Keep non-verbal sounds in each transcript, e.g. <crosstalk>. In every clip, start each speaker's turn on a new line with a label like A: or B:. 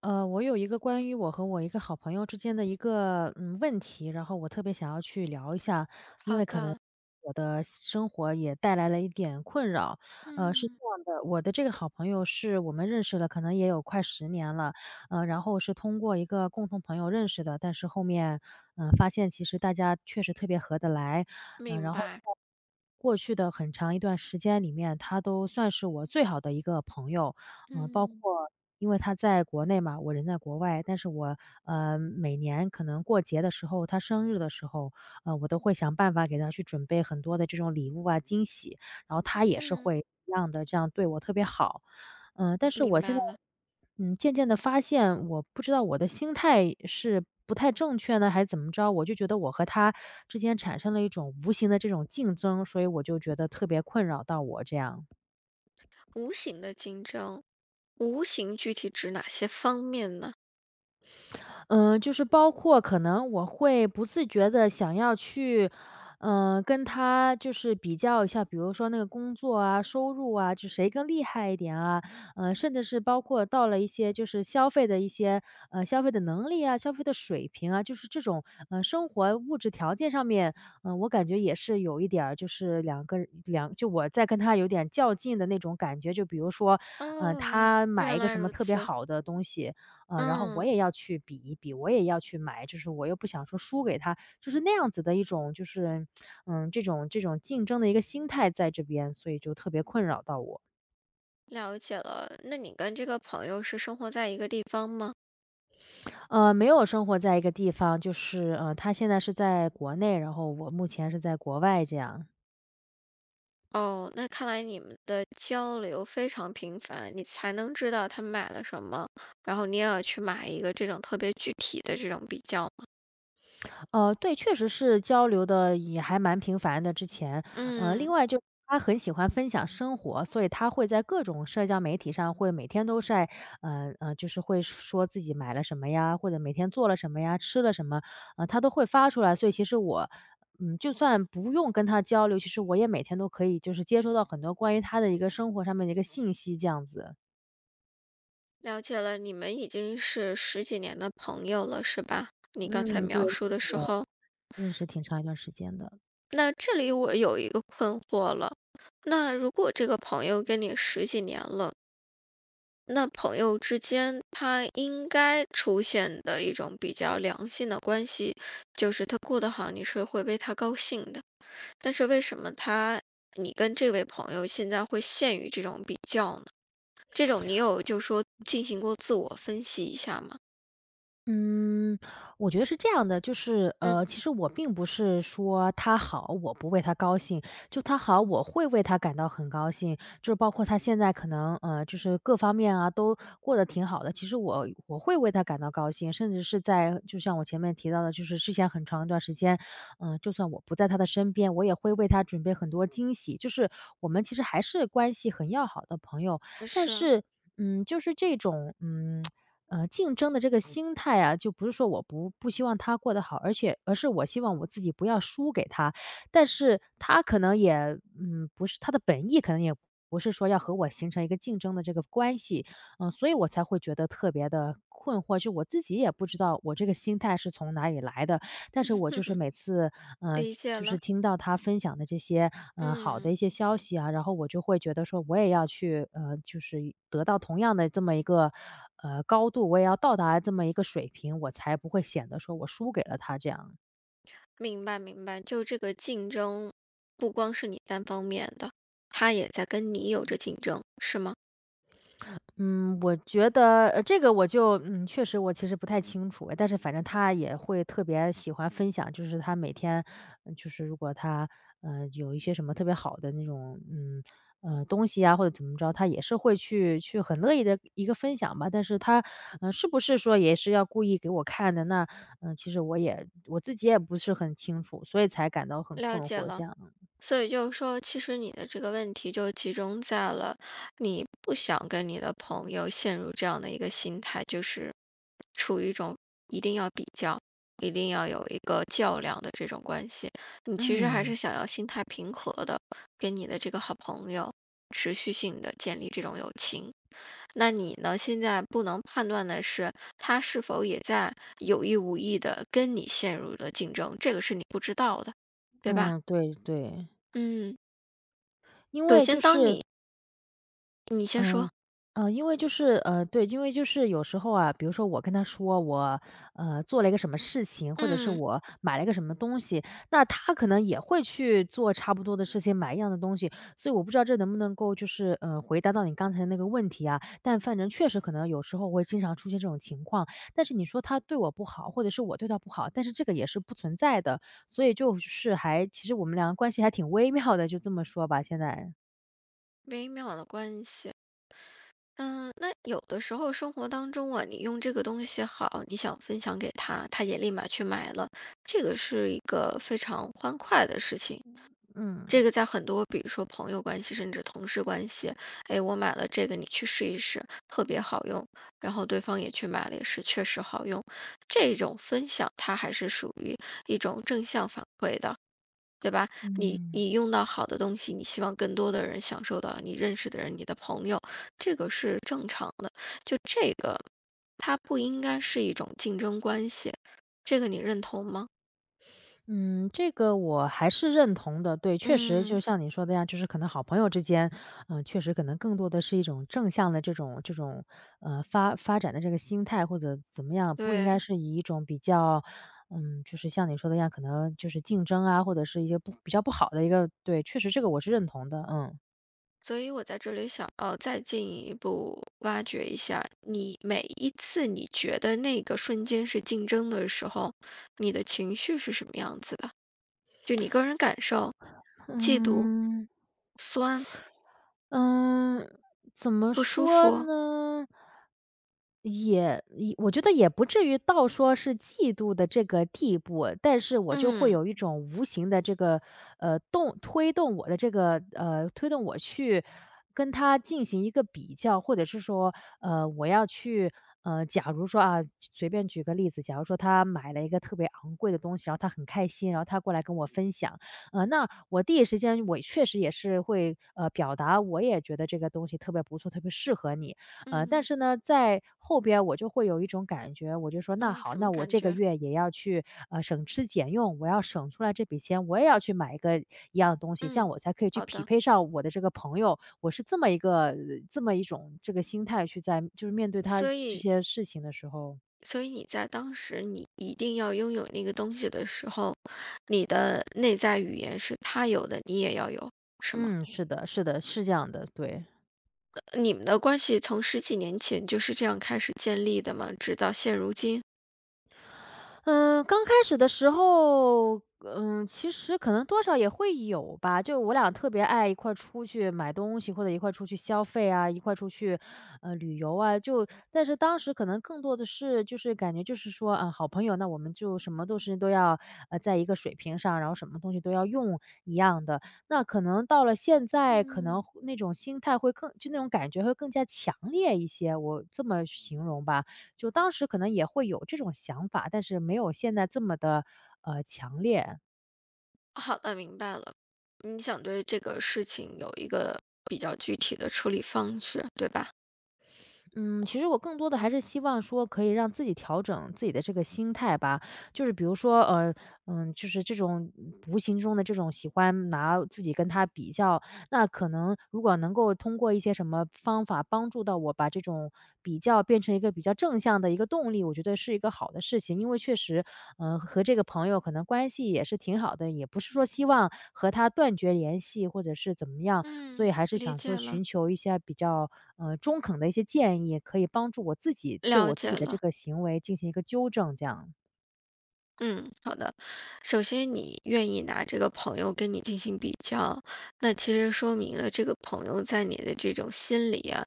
A: 我有一个关于我和我一个好朋友之间的一个问题，然后我特别想要去聊一下，因
B: 好
A: 为可能
B: 的。
A: 我的生活也带来了一点困扰。是这
B: 嗯，
A: 样的，我的这个好朋友是我们认识了，可能也有快10年了，然后是通过一个共同朋友认识的，但是后面发现其实大家确实特别合得来，
B: 明
A: 然后。
B: 白。
A: 过去的很长一段时间里面，他都算是我最好的一个朋友。包
B: 嗯
A: 括因为他在国内嘛，我人在国外，但是我，每年可能过节的时候，他生日的时候，我都会想办法给他去准备很多的这种礼物啊、惊喜，然后他也是
B: 嗯，
A: 会一样的这样对我特别好。但是我
B: 明
A: 现
B: 白
A: 在，
B: 了。
A: 渐渐的发现，我不知道我的心态是不太正确呢，还是怎么着，我就觉得我和他之间产生了一种无形的这种竞争，所以我就觉得特别困扰到我这样。
B: 无形的竞争，无形具体指哪些方面呢？
A: 就是包括可能我会不自觉的想要去，跟他就是比较一下，比如说那个工作啊、收入啊，就谁更厉害一点啊，甚至是包括到了一些就是消费的一些，消费的能力啊、消费的水平啊，就是这种，生活物质条件上面，我感觉也是有一点儿就是两个人两就我在跟他有点较劲的那种感觉。就比如说，
B: 哦，
A: 他买
B: 原
A: 一个
B: 来
A: 什么
B: 如
A: 特别
B: 此。
A: 好的东西，然后我
B: 嗯，
A: 也要去比一比，我也要去买，就是我又不想说输给他，就是那样子的一种，就是，这种竞争的一个心态在这边，所以就特别困扰到我。
B: 了解了。那你跟这个朋友是生活在一个地方吗？
A: 没有生活在一个地方，就是，他现在是在国内，然后我目前是在国外这样。
B: 哦，那看来你们的交流非常频繁，你才能知道他买了什么，然后你也要去买一个这种特别具体的这种比较嘛。
A: 对，确实是交流的也还蛮频繁的，之前。另
B: 嗯。
A: 外就他很喜欢分享生活，所以他会在各种社交媒体上会每天都晒，就是会说自己买了什么呀，或者每天做了什么呀，吃了什么，他都会发出来。所以其实我，就算不用跟他交流，其实我也每天都可以就是接收到很多关于他的一个生活上面的一个信息这样子。
B: 了解了，你们已经是十几年的朋友了，是吧？你刚才
A: 嗯，对，
B: 描述的时候，
A: 认识挺长一段时间的。
B: 那这里我有一个困惑了。那如果这个朋友跟你十几年了，那朋友之间他应该出现的一种比较良性的关系，就是他过得好，你是会为他高兴的。但是为什么他，你跟这位朋友现在会陷于这种比较呢？这种你有就说进行过自我分析一下吗？
A: 嗯，我觉得是这样的，就是，
B: 嗯，
A: 其实我并不是说他好，我不为他高兴，就他好，我会为他感到很高兴，就是包括他现在可能，就是各方面啊都过得挺好的，其实我会为他感到高兴，甚至是在就像我前面提到的，就是之前很长一段时间，就算我不在他的身边，我也会为他准备很多惊喜，就是我们其实还是关系很要好的朋友，但
B: 是。
A: 是，就是这种。竞争的这个心态啊，就不是说我不希望他过得好，而是我希望我自己不要输给他。但是他可能也，不是他的本意，可能也不是说要和我形成一个竞争的这个关系，所以我才会觉得特别的困惑，就我自己也不知道我这个心态是从哪里来的，但是我就是
B: <laughs>
A: 每次，
B: 理解
A: 就是
B: 了。
A: 听到他分享的这些，好
B: 嗯，
A: 的一些消息啊，然后我就会觉得说我也要去，就是得到同样的这么一个，高度，我也要到达这么一个水平，我才不会显得说我输给了他这样。
B: 明白明白，就这个竞争，不光是你单方面的，他也在跟你有着竞争，是吗？
A: 嗯，我觉得，这个我就确实我其实不太清楚，但是反正他也会特别喜欢分享，就是他每天，就是如果他，有一些什么特别好的那种，东西啊，或者怎么着，他也是会去很乐意的一个分享吧。但是他，是不是说也是要故意给我看的？那，其实我自己也不是很清楚，所以才感到很
B: 了
A: 困
B: 解
A: 惑。这
B: 了，
A: 样，
B: 所以就是说，其实你的这个问题就集中在了你不想跟你的朋友陷入这样的一个心态，就是处于一种一定要比较，一定要有一个较量的这种关系。你其实还
A: 嗯
B: 是想要心态平和的，跟你的这个好朋友持续性的建立这种友情。那你呢？现在不能判断的是，他是否也在有意无意的跟你陷入了竞争，这个是你不知道的，对吧？
A: 嗯，对对。
B: 嗯，
A: 因
B: 首
A: 为就
B: 先当
A: 是
B: 你你先说。
A: 嗯，呃，因为就是呃，对，因为就是有时候啊，比如说我跟他说我，做了一个什么事情，或者是
B: 嗯，
A: 我买了一个什么东西，那他可能也会去做差不多的事情，买一样的东西，所以我不知道这能不能够就是，回答到你刚才那个问题啊，但反正确实可能有时候会经常出现这种情况，但是你说他对我不好，或者是我对他不好，但是这个也是不存在的，所以就是还，其实我们两个关系还挺微妙的，就这么说吧，现在，
B: 微妙的关系。嗯，那有的时候生活当中啊，你用这个东西好，你想分享给他，他也立马去买了，这个是一个非常欢快的事情。这
A: 嗯。
B: 个在很多，比如说朋友关系，甚至同事关系，哎，我买了这个，你去试一试，特别好用。然后对方也去买了，也是确实好用。这种分享，它还是属于一种正向反馈的，对吧？你你用到好的东西，你希望更多的人享受到，你认识的人，你的朋友，这个是正常的。就这个，它不应该是一种竞争关系，这个你认同吗？
A: 嗯，这个我还是认同的。对，确实就
B: 嗯，
A: 像你说的呀，就是可能好朋友之间，确实可能更多的是一种正向的这种发展的这个心态或者怎么样，不应该
B: 对。
A: 是以一种比较，就是像你说的一样，可能就是竞争啊，或者是一些不比较不好的一个，对，确实这个我是认同的。
B: 所以我在这里想要再进一步挖掘一下，你每一次你觉得那个瞬间是竞争的时候，你的情绪是什么样子的？就你个人感受，嫉妒、
A: 嗯，
B: 酸、
A: 嗯，怎么
B: 不舒
A: 说
B: 服。
A: 呢？也我觉得也不至于到说是嫉妒的这个地步，但是我就会
B: 嗯
A: 有一种无形的这个，呃，动推动我的这个呃，推动我去跟他进行一个比较，或者是说，呃，我要去呃，假如说啊，随便举个例子，假如说他买了一个特别昂贵的东西，然后他很开心，然后他过来跟我分享，那我第一时间我确实也是会，表达我也觉得这个东西特别不错，特别适合你。但
B: 嗯。
A: 是呢，在后边我就会有一种感觉，我就说那
B: 哦，
A: 好，
B: 什
A: 那
B: 么
A: 我
B: 感
A: 这个
B: 觉？
A: 月也要去，省吃俭用，我要省出来这笔钱，我也要去买一个一样东西，这样
B: 嗯，
A: 我才可以去
B: 好
A: 匹
B: 的。
A: 配上我的这个朋友。我是这么一种这个心态去在就是面对他
B: 所
A: 这
B: 以，
A: 些事情的时候。
B: 所以你在当时你一定要拥有那个东西的时候，你的内在语言是他有的，你也要有，是吗？
A: 嗯，是的是的，是这样的，对。
B: 你们的关系从十几年前就是这样开始建立的吗？直到现如今？
A: 嗯，刚开始的时候，其实可能多少也会有吧。就我俩特别爱一块儿出去买东西，或者一块儿出去消费啊，一块儿出去，旅游啊。就但是当时可能更多的是，就是感觉就是说，啊，好朋友，那我们就什么都要，在一个水平上，然后什么东西都要用一样的。那可能到了现在，可能
B: 嗯。
A: 那种心态会更，就那种感觉会更加强烈一些，我这么形容吧。就当时可能也会有这种想法，但是没有现在这么的强烈。
B: 好的，明白了。你想对这个事情有一个比较具体的处理方式，对吧？
A: 嗯，其实我更多的还是希望说可以让自己调整自己的这个心态吧，就是比如说，就是这种无形中的这种喜欢拿自己跟他比较，那可能如果能够通过一些什么方法帮助到我把这种比较变成一个比较正向的一个动力，我觉得是一个好的事情，因为确实，和这个朋友可能关系也是挺好的，也不是说希望和他断绝联系或者是怎么样，所
B: 嗯，
A: 以还是
B: 理
A: 想说
B: 解了，
A: 寻求一些比较，中肯的一些建议，可以帮助我自己对
B: 了
A: 我自
B: 解
A: 己的这
B: 了。
A: 个行为进行一个纠正这样。
B: 嗯，好的。首先，你愿意拿这个朋友跟你进行比较，那其实说明了这个朋友在你的这种心里啊，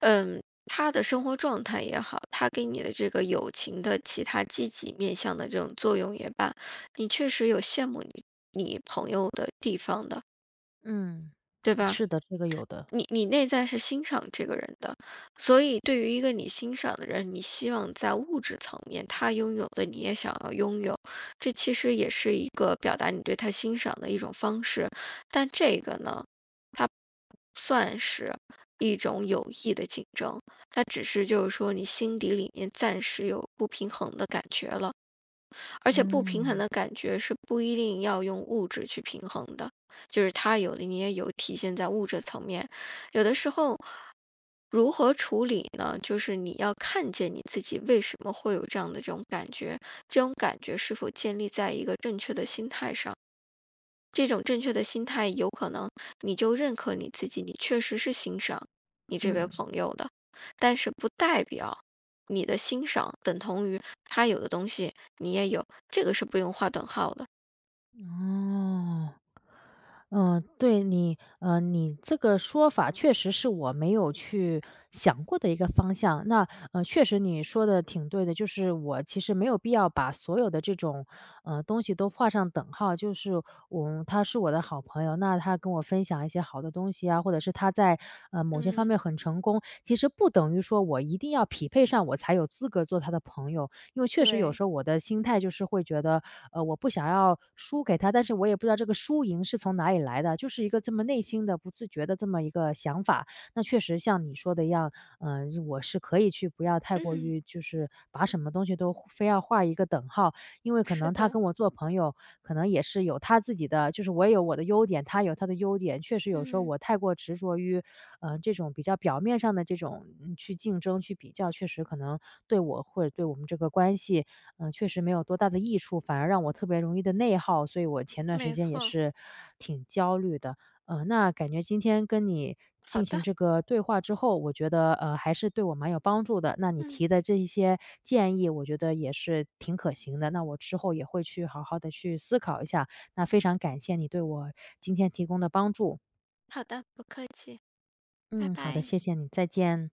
B: 嗯，他的生活状态也好，他给你的这个友情的其他积极面向的这种作用也罢，你确实有羡慕你你朋友的地方的，
A: 嗯，
B: 对吧？
A: 是的，这个有的。
B: 你你内在是欣赏这个人的，所以对于一个你欣赏的人，你希望在物质层面他拥有的你也想要拥有，这其实也是一个表达你对他欣赏的一种方式。但这个呢，它不算是一种有益的竞争，它只是就是说你心底里面暂时有不平衡的感觉了。而且不平衡
A: 嗯，
B: 的感觉是不一定要用物质去平衡的，就是它有的你也有体现在物质层面，有的时候如何处理呢？就是你要看见你自己为什么会有这样的这种感觉，这种感觉是否建立在一个正确的心态上。这种正确的心态，有可能你就认可你自己，你确实是欣赏你这位
A: 嗯，
B: 朋友的，但是不代表你的欣赏等同于他有的东西你也有，这个是不用画等号的。
A: 哦。嗯，对你，你这个说法确实是我没有去想过的一个方向。那确实你说的挺对的，就是我其实没有必要把所有的这种东西都画上等号。就是他是我的好朋友，那他跟我分享一些好的东西啊，或者是他在某些方
B: 嗯，
A: 面很成功，其实不等于说我一定要匹配上我才有资格做他的朋友。因为确实有
B: 对。
A: 时候我的心态就是会觉得，我不想要输给他，但是我也不知道这个输赢是从哪里来的，就是一个这么内心的不自觉的这么一个想法。那确实像你说的一样，我是可以去不要太过
B: 嗯，
A: 于就是把什么东西都非要画一个等号，因为可
B: 是
A: 能他
B: 的。
A: 跟我做朋友，可能也是有他自己的，就是我也有我的优点，他有他的优点。确实有时候
B: 嗯，
A: 我太过执着于，这种比较表面上的这种去竞争、去比较，确实可能对我或者对我们这个关系，确实没有多大的益处，反而让我特别容易的内耗。所以我前段时
B: 没
A: 间也
B: 错。
A: 是挺焦虑的。那感觉今天跟你
B: 好
A: 进行
B: 的。
A: 这个对话之后，我觉得，还是对我蛮有帮助的。那你
B: 嗯，
A: 提的这一些建议，我觉得也是挺可行的。那我之后也会去好好的去思考一下，那非常感谢你对我今天提供的帮助。
B: 好的，不客气。拜
A: 嗯，好的，
B: 拜。
A: 谢谢你，再见。